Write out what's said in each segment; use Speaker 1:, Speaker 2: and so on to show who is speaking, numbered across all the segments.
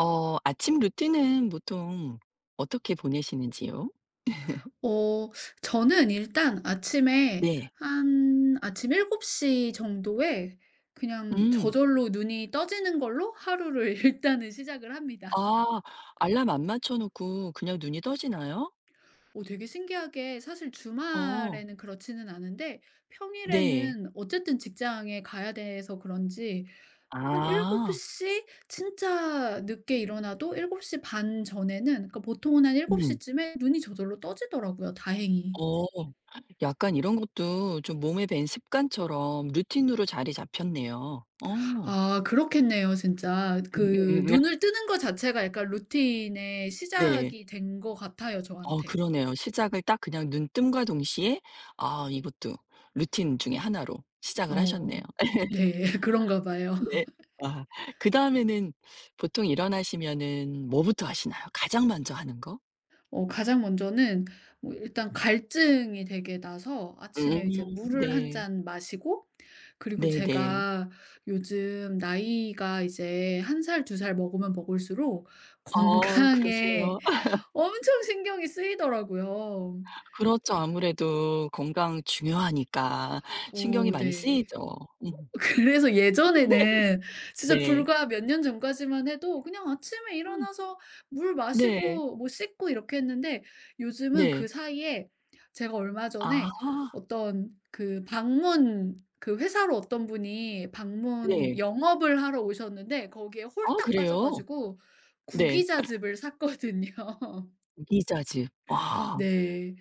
Speaker 1: 어 아침 루틴은 보통 어떻게 보내시는지요?
Speaker 2: 어 저는 일단 아침에
Speaker 1: 네.
Speaker 2: 한 아침 7곱시 정도에 그냥
Speaker 1: 음.
Speaker 2: 저절로 눈이 떠지는 걸로 하루를 일단은 시작을 합니다.
Speaker 1: 아 알람 안 맞춰 놓고 그냥 눈이 떠지나요?
Speaker 2: 오, 되게 신기하게 사실
Speaker 1: 어.
Speaker 2: 주말에는 그렇지는 않은데
Speaker 1: 네.
Speaker 2: 평일에는 어쨌든 직장에 가야 돼서 그런지 한7곱
Speaker 1: 아.
Speaker 2: 시 진짜 늦게 일어나도 7시반 전에는 그러니까 보통은 한7곱시
Speaker 1: 음.
Speaker 2: 쯤에 눈이 저절로 떠지더라고요, 다행히.
Speaker 1: 어. 약간 이런 것도 좀 몸에 밴 습관처럼 루틴으로 자리 잡혔네요. 어.
Speaker 2: 아 그렇겠네요 진짜.
Speaker 1: 음
Speaker 2: 그
Speaker 1: 음 음
Speaker 2: 눈을 뜨는 거 자체가 약간 루틴의
Speaker 1: 네.
Speaker 2: 시작이 된 것 같아요
Speaker 1: 어
Speaker 2: 저한테.
Speaker 1: 그러네요. 시작을 딱 그냥 눈뜸과 동시에 아 이것도 루틴 중에 하나로 시작을
Speaker 2: 어.
Speaker 1: 하셨네요.
Speaker 2: 네. 그런가 봐요.
Speaker 1: 네. 아 그다음에는 보통 일어나시면은 뭐부터 하시나요? 가장 먼저 하는 거?
Speaker 2: 가장 먼저는 뭐 일단 갈증이 되게 나서 아침에
Speaker 1: 음
Speaker 2: 이제 물을 한
Speaker 1: 네.
Speaker 2: 잔 마시고 그리고
Speaker 1: 네네.
Speaker 2: 제가 요즘 나이가 이제 한 살 두 살 먹으면 먹을수록
Speaker 1: 어
Speaker 2: 건강에
Speaker 1: 그러세요?
Speaker 2: 엄청 신경이 쓰이더라고요.
Speaker 1: 그렇죠. 아무래도 건강 중요하니까 신경이
Speaker 2: 어
Speaker 1: 많이
Speaker 2: 네.
Speaker 1: 쓰이죠. 음.
Speaker 2: 그래서 예전에는 진짜
Speaker 1: 네.
Speaker 2: 불과 몇 년 전까지만 해도 그냥 아침에
Speaker 1: 음
Speaker 2: 일어나서 물
Speaker 1: 네.
Speaker 2: 마시고 뭐 씻고 이렇게 했는데 요즘은 그
Speaker 1: 네.
Speaker 2: 사이에 제가 얼마
Speaker 1: 아
Speaker 2: 전에 어떤 그 방문 그 회사로 어떤 분이 방문
Speaker 1: 네.
Speaker 2: 영업을 하러 오셨는데 거기에
Speaker 1: 아
Speaker 2: 홀딱
Speaker 1: 그래요?
Speaker 2: 빠져가지고
Speaker 1: 네.
Speaker 2: 구기자즙을 샀거든요.
Speaker 1: 미자즙 와
Speaker 2: 네.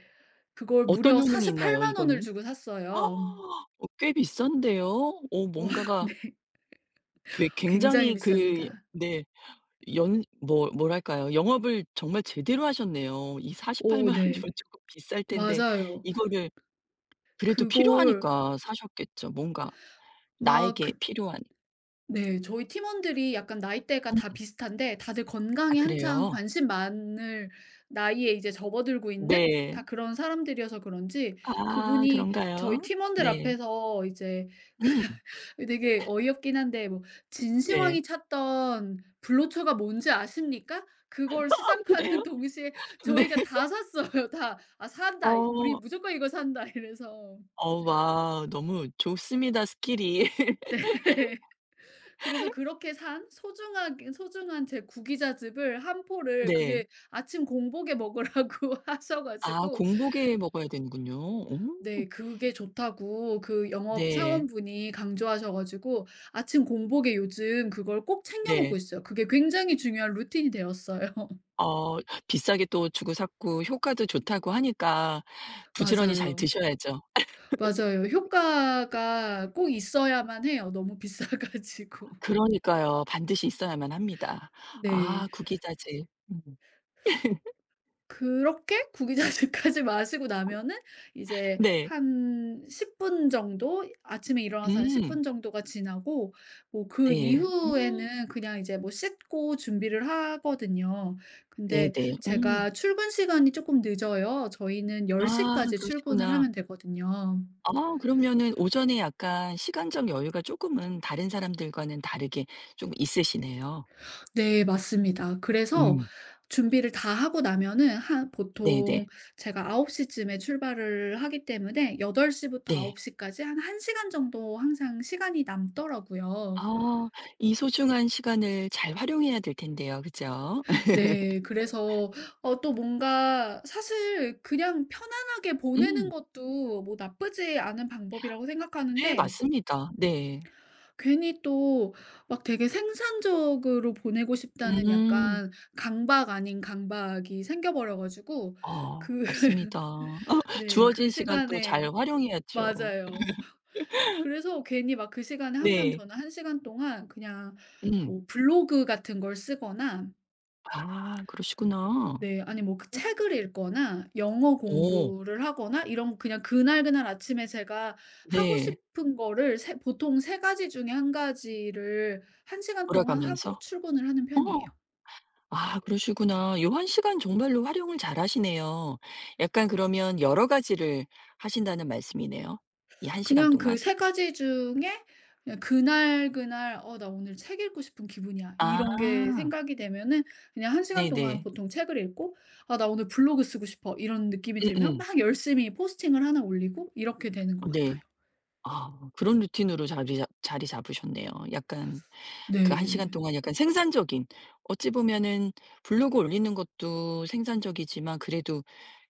Speaker 2: 그걸
Speaker 1: 어떤
Speaker 2: 무려
Speaker 1: 효능이 있나요
Speaker 2: 48만 원을
Speaker 1: 이거는?
Speaker 2: 주고
Speaker 1: 아,
Speaker 2: 샀어요.
Speaker 1: 어 꽤 비싼데요? 오
Speaker 2: 어
Speaker 1: 뭔가가
Speaker 2: 네.
Speaker 1: 그
Speaker 2: 굉장히
Speaker 1: 굉장히 그
Speaker 2: 비쌉니다.
Speaker 1: 네. 연 뭐 뭐랄까요. 영업을 정말 제대로 하셨네요. 이 4 8팔
Speaker 2: 오
Speaker 1: 만 원이면
Speaker 2: 네.
Speaker 1: 쪼끔 비쌀 텐데
Speaker 2: 맞아요.
Speaker 1: 이거를 그래도
Speaker 2: 그걸
Speaker 1: 필요하니까 사셨겠죠. 뭔가
Speaker 2: 막
Speaker 1: 나에게
Speaker 2: 그
Speaker 1: 필요한.
Speaker 2: 네 저희 팀원들이 약간 나이대가 다
Speaker 1: 음.
Speaker 2: 비슷한데 다들
Speaker 1: 아
Speaker 2: 건강에 한창
Speaker 1: 그래요?
Speaker 2: 관심 많을 나이에 이제 접어들고 있는
Speaker 1: 네.
Speaker 2: 다 그런 사람들이어서 그런지
Speaker 1: 아
Speaker 2: 그분이 저희
Speaker 1: 그런가요?
Speaker 2: 팀원들
Speaker 1: 네.
Speaker 2: 앞에서 이제
Speaker 1: 음
Speaker 2: 되게 어이없긴 한데 뭐
Speaker 1: 네.
Speaker 2: "진시황이 찾던 불로초가 뭔지 아십니까?" 그걸
Speaker 1: 아
Speaker 2: 시작하는
Speaker 1: 그래요?
Speaker 2: 동시에
Speaker 1: 네.
Speaker 2: 저희가 다 샀어요 다. "아 산다. 우리
Speaker 1: 어.
Speaker 2: 무조건 이거 산다." 이래서.
Speaker 1: 어 와 너무 좋습니다, 스킬이.
Speaker 2: 그래서 그렇게 산 소중하게 소중한 제 구기자즙을 한 포를
Speaker 1: 네.
Speaker 2: 그게 아침 공복에 먹으라고 하셔
Speaker 1: 아
Speaker 2: 가지고
Speaker 1: 공복에 먹어야 되는군요. 오.
Speaker 2: 네 그게 좋다고 그 영업
Speaker 1: 네.
Speaker 2: 사원분이 강조하셔 가지고 아침 공복에 요즘 그걸 꼭 챙겨 먹고
Speaker 1: 네.
Speaker 2: 있어요. 그게 굉장히 중요한 루틴이 되었어요.
Speaker 1: 어 비싸게 또 주고 샀고 효과도 좋다고 하니까 부지런히 잘
Speaker 2: 맞아요.
Speaker 1: 드셔야죠.
Speaker 2: 맞아요. 효과가 꼭 있어야만 해요, 너무 비싸 가지고.
Speaker 1: 그러니까요. 반드시 있어야만 합니다.
Speaker 2: 네.
Speaker 1: 아 구기자재. 음.
Speaker 2: 그렇게 구기자주까지 마시고 나면은 이제
Speaker 1: 네.
Speaker 2: 한 10분 정도 아침에 일어나서 한 10분
Speaker 1: 음.
Speaker 2: 정도가 지나고 뭐 그
Speaker 1: 네. 음.
Speaker 2: 이후에는 그냥 이제 뭐 씻고 준비를 하거든요. 근데
Speaker 1: 네네. 음.
Speaker 2: 제가 출근 시간이 조금 늦어요. 저희는 10시
Speaker 1: 아
Speaker 2: 까지 출근을
Speaker 1: 그러시구나.
Speaker 2: 하면 되거든요.
Speaker 1: 아 그러면은 오전에 약간 시간적 여유가 조금은 다른 사람들과는 다르게 좀 있으시네요.
Speaker 2: 네 맞습니다. 그래서
Speaker 1: 음.
Speaker 2: 준비를 다 하고 나면은 한 보통
Speaker 1: 네네.
Speaker 2: 제가 9홉시 쯤에 출발을 하기 때문에 8덟시 부터 9
Speaker 1: 네.
Speaker 2: 홉시 까지 한 1 시간 정도 항상 시간이 남더라고요.
Speaker 1: 아 이 소중한 시간을 잘 활용해야 될 텐데요. 그죠?
Speaker 2: 네. 그래서 어 또 뭔가 사실 그냥 편안하게 보내는
Speaker 1: 음.
Speaker 2: 것도 뭐 나쁘지 않은 방법이라고
Speaker 1: 네
Speaker 2: 생각하는데
Speaker 1: 맞습니다. 네.
Speaker 2: 괜히 또 막 되게 생산적으로 보내고 싶다는
Speaker 1: 음.
Speaker 2: 약간 강박 아닌 강박이 생겨 버려 가지고
Speaker 1: 아
Speaker 2: 그
Speaker 1: 맞습니다.
Speaker 2: 네. 그
Speaker 1: 주어진 시간 또 잘
Speaker 2: 시간에
Speaker 1: 활용해야죠.
Speaker 2: 맞아요. 그래서 괜히 막 그 시간에 항상
Speaker 1: 네.
Speaker 2: 저는 한 시간 동안 그냥
Speaker 1: 음.
Speaker 2: 뭐 블로그 같은 걸 쓰거나
Speaker 1: 아 그러시구나.
Speaker 2: 네 아니 뭐그 책을 읽거나 영어
Speaker 1: 오.
Speaker 2: 공부를 하거나 이런 그냥 그날그날 아침에 제가 하고
Speaker 1: 네.
Speaker 2: 싶은 거를 세 보통 세 가지 중에 한 가지를 한 시간 동안 하고
Speaker 1: 돌아가면서?
Speaker 2: 출근을 하는 편이에요.
Speaker 1: 어. 아 그러시구나. 요 한 시간 정말로 활용을 잘하시네요. 약간 그러면 여러 가지를 하신다는 말씀이네요. 이 한 시간
Speaker 2: 그냥 그
Speaker 1: 동안?
Speaker 2: 세 가지 중에 그냥 그날 그날 '어 나 오늘 책 읽고 싶은 기분이야.' 이런 게
Speaker 1: 아.
Speaker 2: 생각이 되면은 그냥 한 시간 동안
Speaker 1: 네네.
Speaker 2: 보통 책을 읽고 '아 나 오늘 블로그 쓰고 싶어.' 이런 느낌이 들면
Speaker 1: 음음.
Speaker 2: 막 열심히 포스팅을 하나 올리고 이렇게 되는 것
Speaker 1: 네.
Speaker 2: 같아요.
Speaker 1: 아 그런 루틴으로 자리 잡으셨네요. 약간 그 1 시간
Speaker 2: 네.
Speaker 1: 동안 약간 생산적인 어찌 보면은 블로그 올리는 것도 생산적이지만 그래도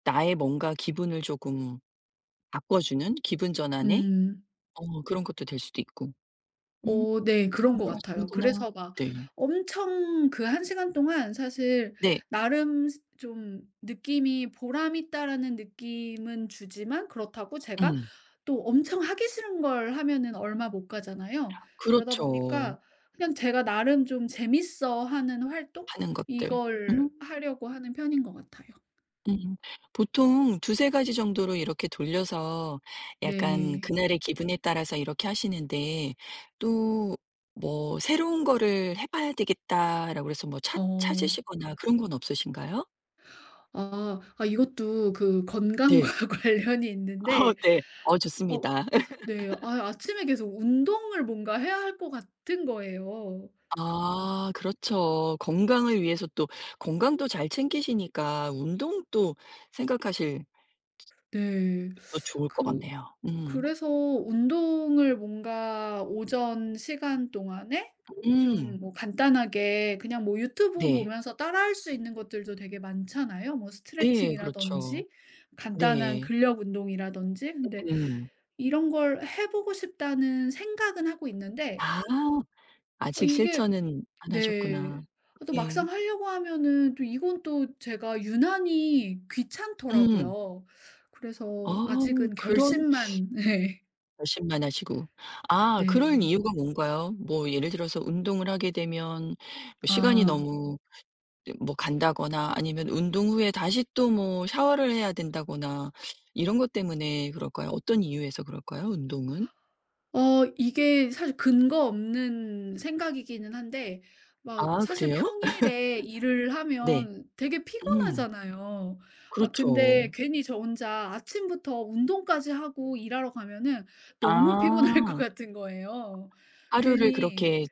Speaker 1: 나의 뭔가 기분을 조금 바꿔주는 기분 전환에
Speaker 2: 음.
Speaker 1: 어 그런 것도 될 수도 있고. 음
Speaker 2: 어 네. 그런
Speaker 1: 그런
Speaker 2: 것
Speaker 1: 걸
Speaker 2: 같아요.
Speaker 1: 하시는구나.
Speaker 2: 그래서 막
Speaker 1: 네.
Speaker 2: 엄청 그 한 시간 동안 사실
Speaker 1: 네.
Speaker 2: 나름 스 좀 느낌이 '보람 있다.'라는 느낌은 주지만 그렇다고 제가
Speaker 1: 음.
Speaker 2: 또 엄청 하기 싫은 걸 하면은 얼마 못 가잖아요. 그러다
Speaker 1: 그렇죠.
Speaker 2: 보니까 그냥 제가 나름 좀 재밌어하는 활동?
Speaker 1: 하는 것들. 음.
Speaker 2: 이걸 하려고 하는 편인 것 같아요.
Speaker 1: 음. 보통 두세 가지 정도로 이렇게 돌려서 약간
Speaker 2: 네.
Speaker 1: 그날의 기분에 따라서 이렇게 하시는데 또 뭐 '새로운 거를 해 봐야 되겠다.'라고 해서 뭐 찾
Speaker 2: 어.
Speaker 1: 찾으시거나 그런 건 없으신가요?
Speaker 2: 아. 아 이것도 그 건강과
Speaker 1: 네.
Speaker 2: 관련이
Speaker 1: 어
Speaker 2: 있는데
Speaker 1: 네. 어
Speaker 2: 어
Speaker 1: 좋습니다.
Speaker 2: 네. 아 아침에 계속 운동을 뭔가 해야 할 것 같은 거예요.
Speaker 1: 아 그렇죠. 건강을 위해서 또 건강도 잘 챙기시니까 운동도 생각하실
Speaker 2: 네.
Speaker 1: 또 좋을 것
Speaker 2: 그
Speaker 1: 같네요. 음.
Speaker 2: 그래서 운동을 뭔가 오전 시간 동안에 좀
Speaker 1: 음.
Speaker 2: 뭐 간단하게 그냥 뭐 유튜브
Speaker 1: 네.
Speaker 2: 보면서 따라할 수 있는 것들도 되게 많잖아요. 뭐
Speaker 1: 네 그렇죠.
Speaker 2: 스트레칭이라든지 간단한
Speaker 1: 네.
Speaker 2: 근력 운동이라든지. 근데
Speaker 1: 음.
Speaker 2: 이런 걸 해 보고 싶다는 생각은 하고 있는데
Speaker 1: 아.
Speaker 2: 어
Speaker 1: 아직
Speaker 2: 이게
Speaker 1: 실천은 안 하셨구나.
Speaker 2: 네. 아 또
Speaker 1: 예.
Speaker 2: 막상 하려고 하면은 또 이건 또 제가 유난히
Speaker 1: 음.
Speaker 2: 귀찮더라고요. 그래서
Speaker 1: 어우
Speaker 2: 아직은
Speaker 1: 그런
Speaker 2: 결심만
Speaker 1: 결심만 하시고. 아
Speaker 2: 네.
Speaker 1: 그럴
Speaker 2: 네.
Speaker 1: 이유가 뭔가요? 뭐 예를 들어서 운동을 하게 되면 뭐 시간이
Speaker 2: 아.
Speaker 1: 너무 네 뭐 간다거나 아니면 운동 후에 다시 또 뭐 샤워를 해야 된다거나 이런 것 때문에 그럴까요? 어떤 이유에서 그럴까요? 운동은?
Speaker 2: 어 이게 사실 근거 없는 생각이기는 한데 막
Speaker 1: 아
Speaker 2: 사실
Speaker 1: 그래요?
Speaker 2: 평일에 일을
Speaker 1: 네.
Speaker 2: 하면 되게
Speaker 1: 음.
Speaker 2: 피곤하잖아요. 아 근데
Speaker 1: 그렇죠.
Speaker 2: 괜히 저 혼자 아침부터 운동까지 하고 일하러 가면은 너무 피곤할 것
Speaker 1: 아.
Speaker 2: 같은 거예요.
Speaker 1: 하루를
Speaker 2: 괜히
Speaker 1: 그렇게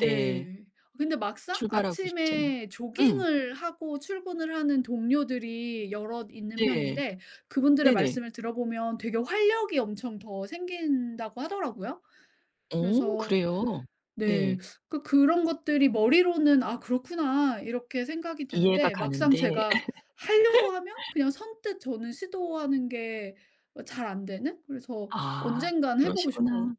Speaker 1: 네.
Speaker 2: 근데 막상
Speaker 1: 출발하고 싶지는
Speaker 2: 아침에
Speaker 1: 음.
Speaker 2: 조깅을 하고 출근을 하는 동료들이 여럿 있는
Speaker 1: 네.
Speaker 2: 편인데 그분들의
Speaker 1: 네네.
Speaker 2: 말씀을 들어보면 되게 활력이 엄청 더 생긴다고 하더라고요.
Speaker 1: 어
Speaker 2: 그래서
Speaker 1: 그래요?
Speaker 2: 네.
Speaker 1: 네.
Speaker 2: 그런 것들이 머리로는 '아 그렇구나.' 이렇게 생각이
Speaker 1: 이해가
Speaker 2: 드는데 막상
Speaker 1: 가는데
Speaker 2: 제가 하려고 하면 그냥 선뜻 저는 시도하는 게 어 잘 안 되는? 그래서
Speaker 1: 아
Speaker 2: 언젠간 해 보고 싶어요.
Speaker 1: 그러시구나.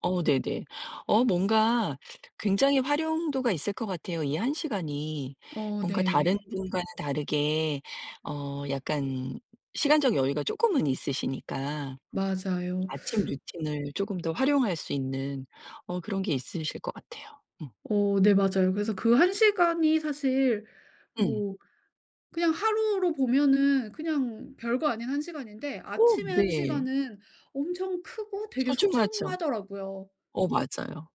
Speaker 1: 어 네네. 어 뭔가 굉장히 활용도가 있을 것 같아요, 이 한 시간이.
Speaker 2: 어
Speaker 1: 뭔가 다른
Speaker 2: 네.
Speaker 1: 분과는 다르게 어 약간 시간적 여유가 쪼끔은 있으시니까
Speaker 2: 맞아요.
Speaker 1: 아침 루틴을 쪼금 더 활용할 수 있는 어 그런 게 있으실 것 같아요. 음.
Speaker 2: 어 네 맞아요. 그래서 그 한 시간이 사실
Speaker 1: 음.
Speaker 2: 뭐 그냥 하루로 보면은 그냥 별거 아닌 한 시간인데
Speaker 1: 어
Speaker 2: 아침에 한
Speaker 1: 네.
Speaker 2: 시간은 엄청 크고 되게
Speaker 1: 소중하죠.
Speaker 2: 소중하더라고요.
Speaker 1: 어 맞아요.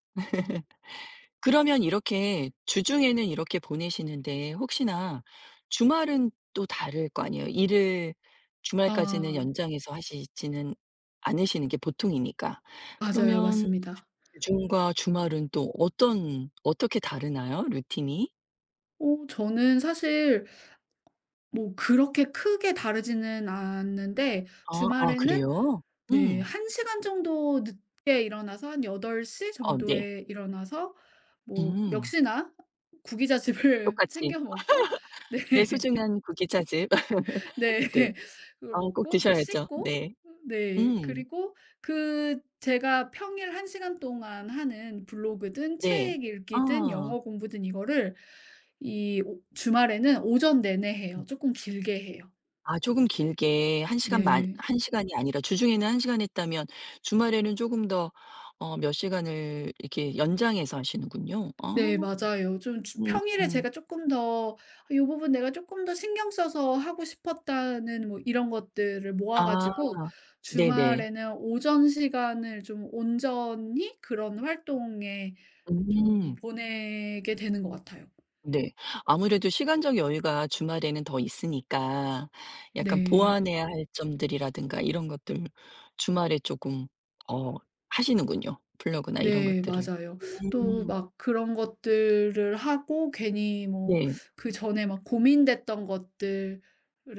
Speaker 1: 그러면 이렇게 주중에는 이렇게 보내시는데 혹시나 주말은 또 다를 거 아니에요. 일을 주말까지는
Speaker 2: 아
Speaker 1: 연장해서 하시지는 않으시는 게 보통이니까.
Speaker 2: 맞아요.
Speaker 1: 그러면
Speaker 2: 맞습니다.
Speaker 1: 주중과 주말은 또 어떤 어떻게 다르나요? 루틴이?
Speaker 2: 어 저는 사실 뭐 그렇게 크게 다르지는 않는데
Speaker 1: 아 아
Speaker 2: 주말에는
Speaker 1: 그래요?
Speaker 2: 네
Speaker 1: 음.
Speaker 2: 한 시간 정도 늦게 일어나서 한8덟시
Speaker 1: 어 네.
Speaker 2: 정도에 일어나서 뭐
Speaker 1: 음.
Speaker 2: 역시나 구기자 칩을
Speaker 1: 똑같이
Speaker 2: 챙겨 먹고 네.
Speaker 1: 내 소중한 구기자즙.
Speaker 2: 네.
Speaker 1: 네.
Speaker 2: 그걸
Speaker 1: 어 꼭
Speaker 2: 먹고 뭐
Speaker 1: 드셔야죠.
Speaker 2: 씻고
Speaker 1: 네.
Speaker 2: 네
Speaker 1: 음.
Speaker 2: 그리고 그 제가 평일 1 시간 동안 하는 블로그든
Speaker 1: 네.
Speaker 2: 책 읽기든
Speaker 1: 아.
Speaker 2: 영어 공부든 이거를 이 오 주말에는 오전 내내 해요. 조금 길게 해요.
Speaker 1: 아 조금 길게 1 시간 만
Speaker 2: 네.
Speaker 1: 한 시간이 아니라 주중에는 1 시간 했다면 주말에는 조금 더 어 몇 시간을 이렇게 연장해서 하시는군요. 아
Speaker 2: 네 맞아요. 좀 주 평일에
Speaker 1: 음음.
Speaker 2: 제가 조금 더 이 부분 내가 조금 더 신경 써서 하고 싶었다.'는 뭐 이런 것들을 모아
Speaker 1: 아
Speaker 2: 가지고
Speaker 1: 네네.
Speaker 2: 주말에는 오전 시간을 좀 온전히 그런 활동에 좀
Speaker 1: 음
Speaker 2: 보내게 되는 것 같아요.
Speaker 1: 네. 아무래도 시간적 여유가 주말에는 더 있으니까 약간
Speaker 2: 네.
Speaker 1: 보완해야 할 점들이라든가 이런 것들 주말에 조금 어 하시는군요. 블로그나 이런
Speaker 2: 네
Speaker 1: 것들을.
Speaker 2: 맞아요. 또
Speaker 1: 음.
Speaker 2: 막 그런 것들을 하고 괜히 뭐
Speaker 1: 네.
Speaker 2: 그전에 막 고민됐던 것들을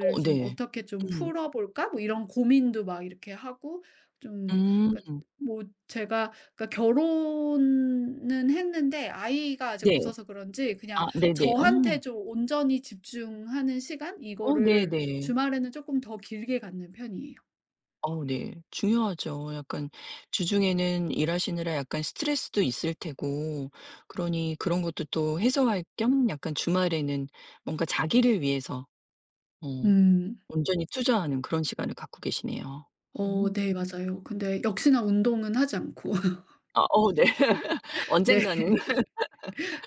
Speaker 1: 어
Speaker 2: 좀
Speaker 1: 네.
Speaker 2: '어떻게 좀
Speaker 1: 음.
Speaker 2: 풀어 볼까?' 뭐 이런 고민도 막 이렇게 하고 좀
Speaker 1: 음.
Speaker 2: 그러니까 뭐 제가 그러니까 결혼은 했는데 아이가 아직
Speaker 1: 네.
Speaker 2: 없어서 그런지 그냥
Speaker 1: 아 네네. 어.
Speaker 2: 저한테 좀 온전히 집중하는 시간
Speaker 1: 어
Speaker 2: 이거를
Speaker 1: 네네.
Speaker 2: 주말에는 쪼끔 더 길게 갖는 편이에요.
Speaker 1: 어 네. 중요하죠. 약간 주중에는 일하시느라 약간 스트레스도 있을 테고 그러니 그런 것도 또 해소할 겸 약간 주말에는 뭔가 자기를 위해서 어
Speaker 2: 음.
Speaker 1: 온전히 투자하는 그런 시간을 갖고 계시네요.
Speaker 2: 어
Speaker 1: 음.
Speaker 2: 네 맞아요. 근데 역시나 운동은 하지 않고
Speaker 1: 아 어 네. 언젠가는
Speaker 2: 네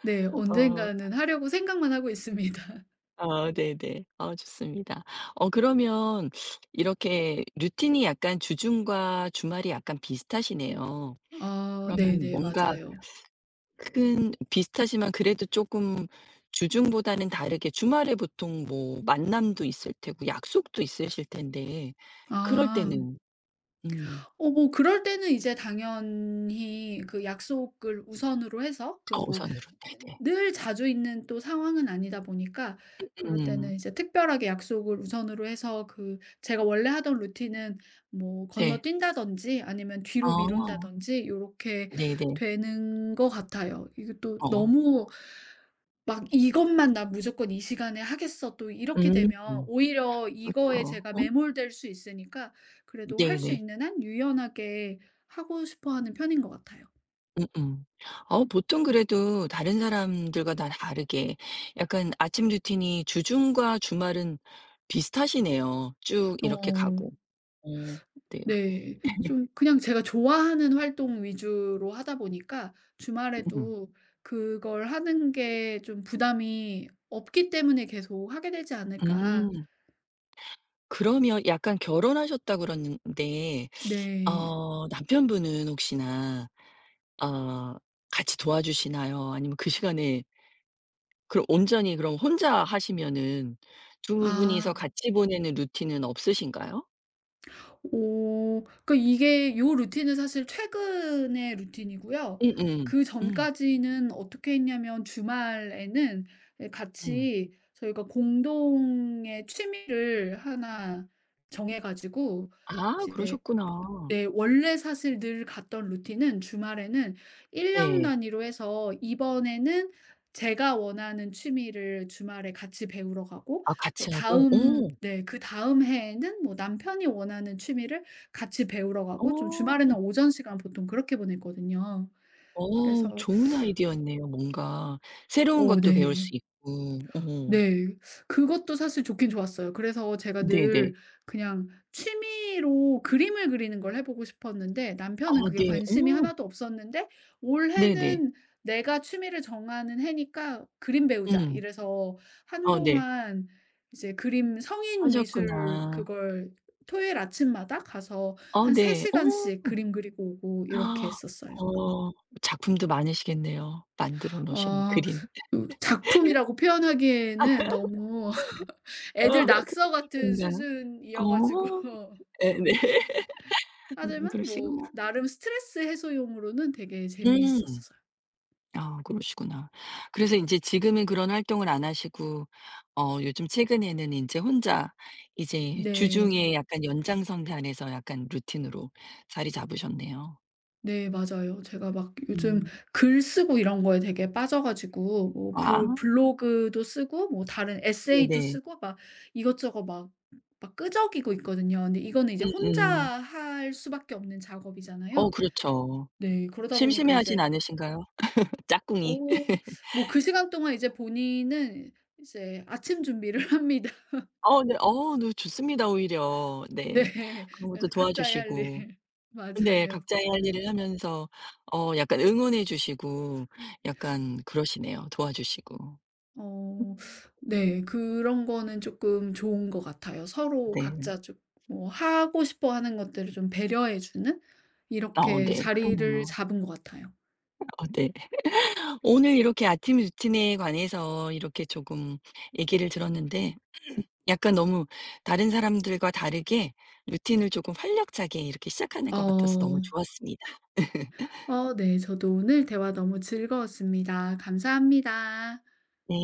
Speaker 2: 네
Speaker 1: 어
Speaker 2: 언젠가는 하려고 생각만 하고 있습니다.
Speaker 1: 아 네네. 아 좋습니다. 어 그러면 이렇게 루틴이 약간 주중과 주말이 약간 비슷하시네요.
Speaker 2: 아
Speaker 1: 그러면
Speaker 2: 네네
Speaker 1: 뭔가
Speaker 2: 맞아요.
Speaker 1: 큰 비슷하지만 그래도 조금 주중보다는 다르게 주말에 보통 뭐 만남도 있을 테고 약속도 있으실 텐데 그럴
Speaker 2: 아.
Speaker 1: 때는 음.
Speaker 2: 어 뭐 그럴 때는 이제 당연히 그 약속을 우선으로 해서 그
Speaker 1: 어
Speaker 2: 뭐
Speaker 1: 우선으로 네네.
Speaker 2: 늘 자주 있는 또 상황은 아니다 보니까 그럴
Speaker 1: 음.
Speaker 2: 때는 이제 특별하게 약속을 우선으로 해서 그 제가 원래 하던 루틴은 뭐
Speaker 1: 네.
Speaker 2: 건너뛴다든지 아니면
Speaker 1: 아.
Speaker 2: 뒤로 미룬다든지 이렇게
Speaker 1: 네네.
Speaker 2: 되는 것 같아요. 이게 또
Speaker 1: 어
Speaker 2: 너무 막 '이것만 나 무조건 이 시간에 하겠어.' 또 이렇게
Speaker 1: 음.
Speaker 2: 되면 오히려 이거에
Speaker 1: 그렇죠.
Speaker 2: 제가 매몰될 수 있으니까 그래도 할 수
Speaker 1: 네네.
Speaker 2: 있는 한 유연하게 하고 싶어 하는 편인 것 같아요.
Speaker 1: 음음. 어 보통 그래도 다른 사람들과 다 다르게 약간 아침 루틴이 주중과 주말은 비슷하시네요. 쭉 이렇게
Speaker 2: 어
Speaker 1: 가고. 어 네.
Speaker 2: 네. 좀 그냥 제가 좋아하는 활동 위주로 하다 보니까
Speaker 1: 음.
Speaker 2: 주말에도 그걸 하는 게 좀 부담이 없기 때문에 계속 하게 되지 않을까.
Speaker 1: 음. 그러면 약간 결혼하셨다 그러는데
Speaker 2: 네.
Speaker 1: 어 남편분은 혹시나 어 같이 도와주시나요? 아니면 그 시간에 그럼 온전히 그럼 혼자 하시면은 두 분이서
Speaker 2: 아.
Speaker 1: 같이 보내는 루틴은 없으신가요?
Speaker 2: 오. 그러니까 이게 요 루틴은 사실 최근의 루틴이고요.
Speaker 1: 음음. 음.
Speaker 2: 그전까지는 어떻게 했냐면 주말에는 예
Speaker 1: 음.
Speaker 2: 같이 저희가 공동의 취미를 하나 정해 가지고
Speaker 1: 아
Speaker 2: 이제
Speaker 1: 그러셨구나.
Speaker 2: 네. 원래 사실 늘 갔던 루틴은 주말에는 1년
Speaker 1: 네.
Speaker 2: 단위로 해서 이번에는 제가 원하는 취미를 주말에 같이 배우러 가고
Speaker 1: 아
Speaker 2: 뭐
Speaker 1: 같이 하고.
Speaker 2: 다음
Speaker 1: 어.
Speaker 2: 네 그다음 해에는 뭐 남편이 원하는 취미를 같이 배우러 가고 좀 주말에는
Speaker 1: 어.
Speaker 2: 오전 시간 보통 그렇게 보냈거든요.
Speaker 1: 어
Speaker 2: 그래서
Speaker 1: 좋은 아이디어였네요 뭔가. 새로운
Speaker 2: 오
Speaker 1: 것도 배울
Speaker 2: 네.
Speaker 1: 수 있고. 어.
Speaker 2: 네. 그것도 사실 좋긴 좋았어요. 그래서 제가 늘
Speaker 1: 네네.
Speaker 2: 그냥 취미로 그림을 그리는 걸 해 보고 싶었는데
Speaker 1: 아
Speaker 2: 남편은 그게
Speaker 1: 네.
Speaker 2: 관심이
Speaker 1: 어.
Speaker 2: 하나도 없었는데
Speaker 1: 네네.
Speaker 2: 올해는 내가 취미를 정하는 해니까 "그림 배우자."
Speaker 1: 음.
Speaker 2: 이래서
Speaker 1: 어 네.
Speaker 2: 한동안 이제 그림 성인 미술
Speaker 1: 하셨구나.
Speaker 2: 그걸 토요일 아침마다 가서
Speaker 1: 어
Speaker 2: 한 3
Speaker 1: 네.
Speaker 2: 시간씩
Speaker 1: 어.
Speaker 2: 그림 그리고 오고 이렇게 했었어요.
Speaker 1: 어 작품도 많으시겠네요. 만들어 놓으신
Speaker 2: 어
Speaker 1: 그림.
Speaker 2: 그 작품이라고 표현하기에는 너무
Speaker 1: 어
Speaker 2: 애들 낙서 같은
Speaker 1: 그런가요?
Speaker 2: 수준이어 가지고
Speaker 1: 어. 네네.
Speaker 2: 하지만 뭐
Speaker 1: 그러시구나.
Speaker 2: 나름 스트레스 해소용으로는 되게
Speaker 1: 음.
Speaker 2: 재미있었어요.
Speaker 1: 아 그러시구나. 그래서 인제 지금은 그런 활동을 안 하시고 어 요즘 최근에는 인제 혼자 이제 주중에
Speaker 2: 네.
Speaker 1: 약간 연장선단에서 약간 루틴으로 자리 잡으셨네요.
Speaker 2: 네 맞아요. 제가 막 요즘
Speaker 1: 음.
Speaker 2: 글 쓰고 이런 거에 되게 빠져 가지고 뭐
Speaker 1: 아
Speaker 2: 브 블로그도 쓰고 뭐 다른 에세이도
Speaker 1: 네네.
Speaker 2: 쓰고 막 이것저것 막 끄적이고 있거든요. 근데 이거는 이제 혼자
Speaker 1: 음음.
Speaker 2: 할 수밖에 없는
Speaker 1: 어
Speaker 2: 작업이잖아요.
Speaker 1: 그렇죠.
Speaker 2: 네. 그러다 보니까
Speaker 1: 심심해하진
Speaker 2: 이제
Speaker 1: 않으신가요? 짝꿍이.
Speaker 2: 어 뭐 그 시간 동안 이제 본인은 이제 아침 준비를 합니다.
Speaker 1: 어 네. 어 네 좋습니다 오히려.
Speaker 2: 네.
Speaker 1: 네. 그런 것도
Speaker 2: 그래서 각자의 할
Speaker 1: 도와주시고.
Speaker 2: 일.
Speaker 1: 네.
Speaker 2: 맞아요.
Speaker 1: 각자의 할 일을 하면서 어 약간 응원해 주시고 약간 그러시네요. 도와주시고.
Speaker 2: 어
Speaker 1: 음.
Speaker 2: 네. 그런 거는 조금 좋은 것 같아요. 서로
Speaker 1: 네.
Speaker 2: 각자 좀 뭐 하고 싶어 하는 것들을 좀 배려해 주는
Speaker 1: 어
Speaker 2: 이렇게
Speaker 1: 네.
Speaker 2: 자리를
Speaker 1: 그러네요.
Speaker 2: 잡은 것 같아요.
Speaker 1: 어 네. 오늘 이렇게 아침 루틴에 관해서 이렇게 조금 얘기를 들었는데 약간 너무 다른 사람들과 다르게 루틴을 조금 활력차게 이렇게 시작하는 것 같아서 너무
Speaker 2: 어.
Speaker 1: 좋았습니다.
Speaker 2: 어 네. 저도 오늘 대화 너무 즐거웠습니다. 감사합니다.
Speaker 1: 네.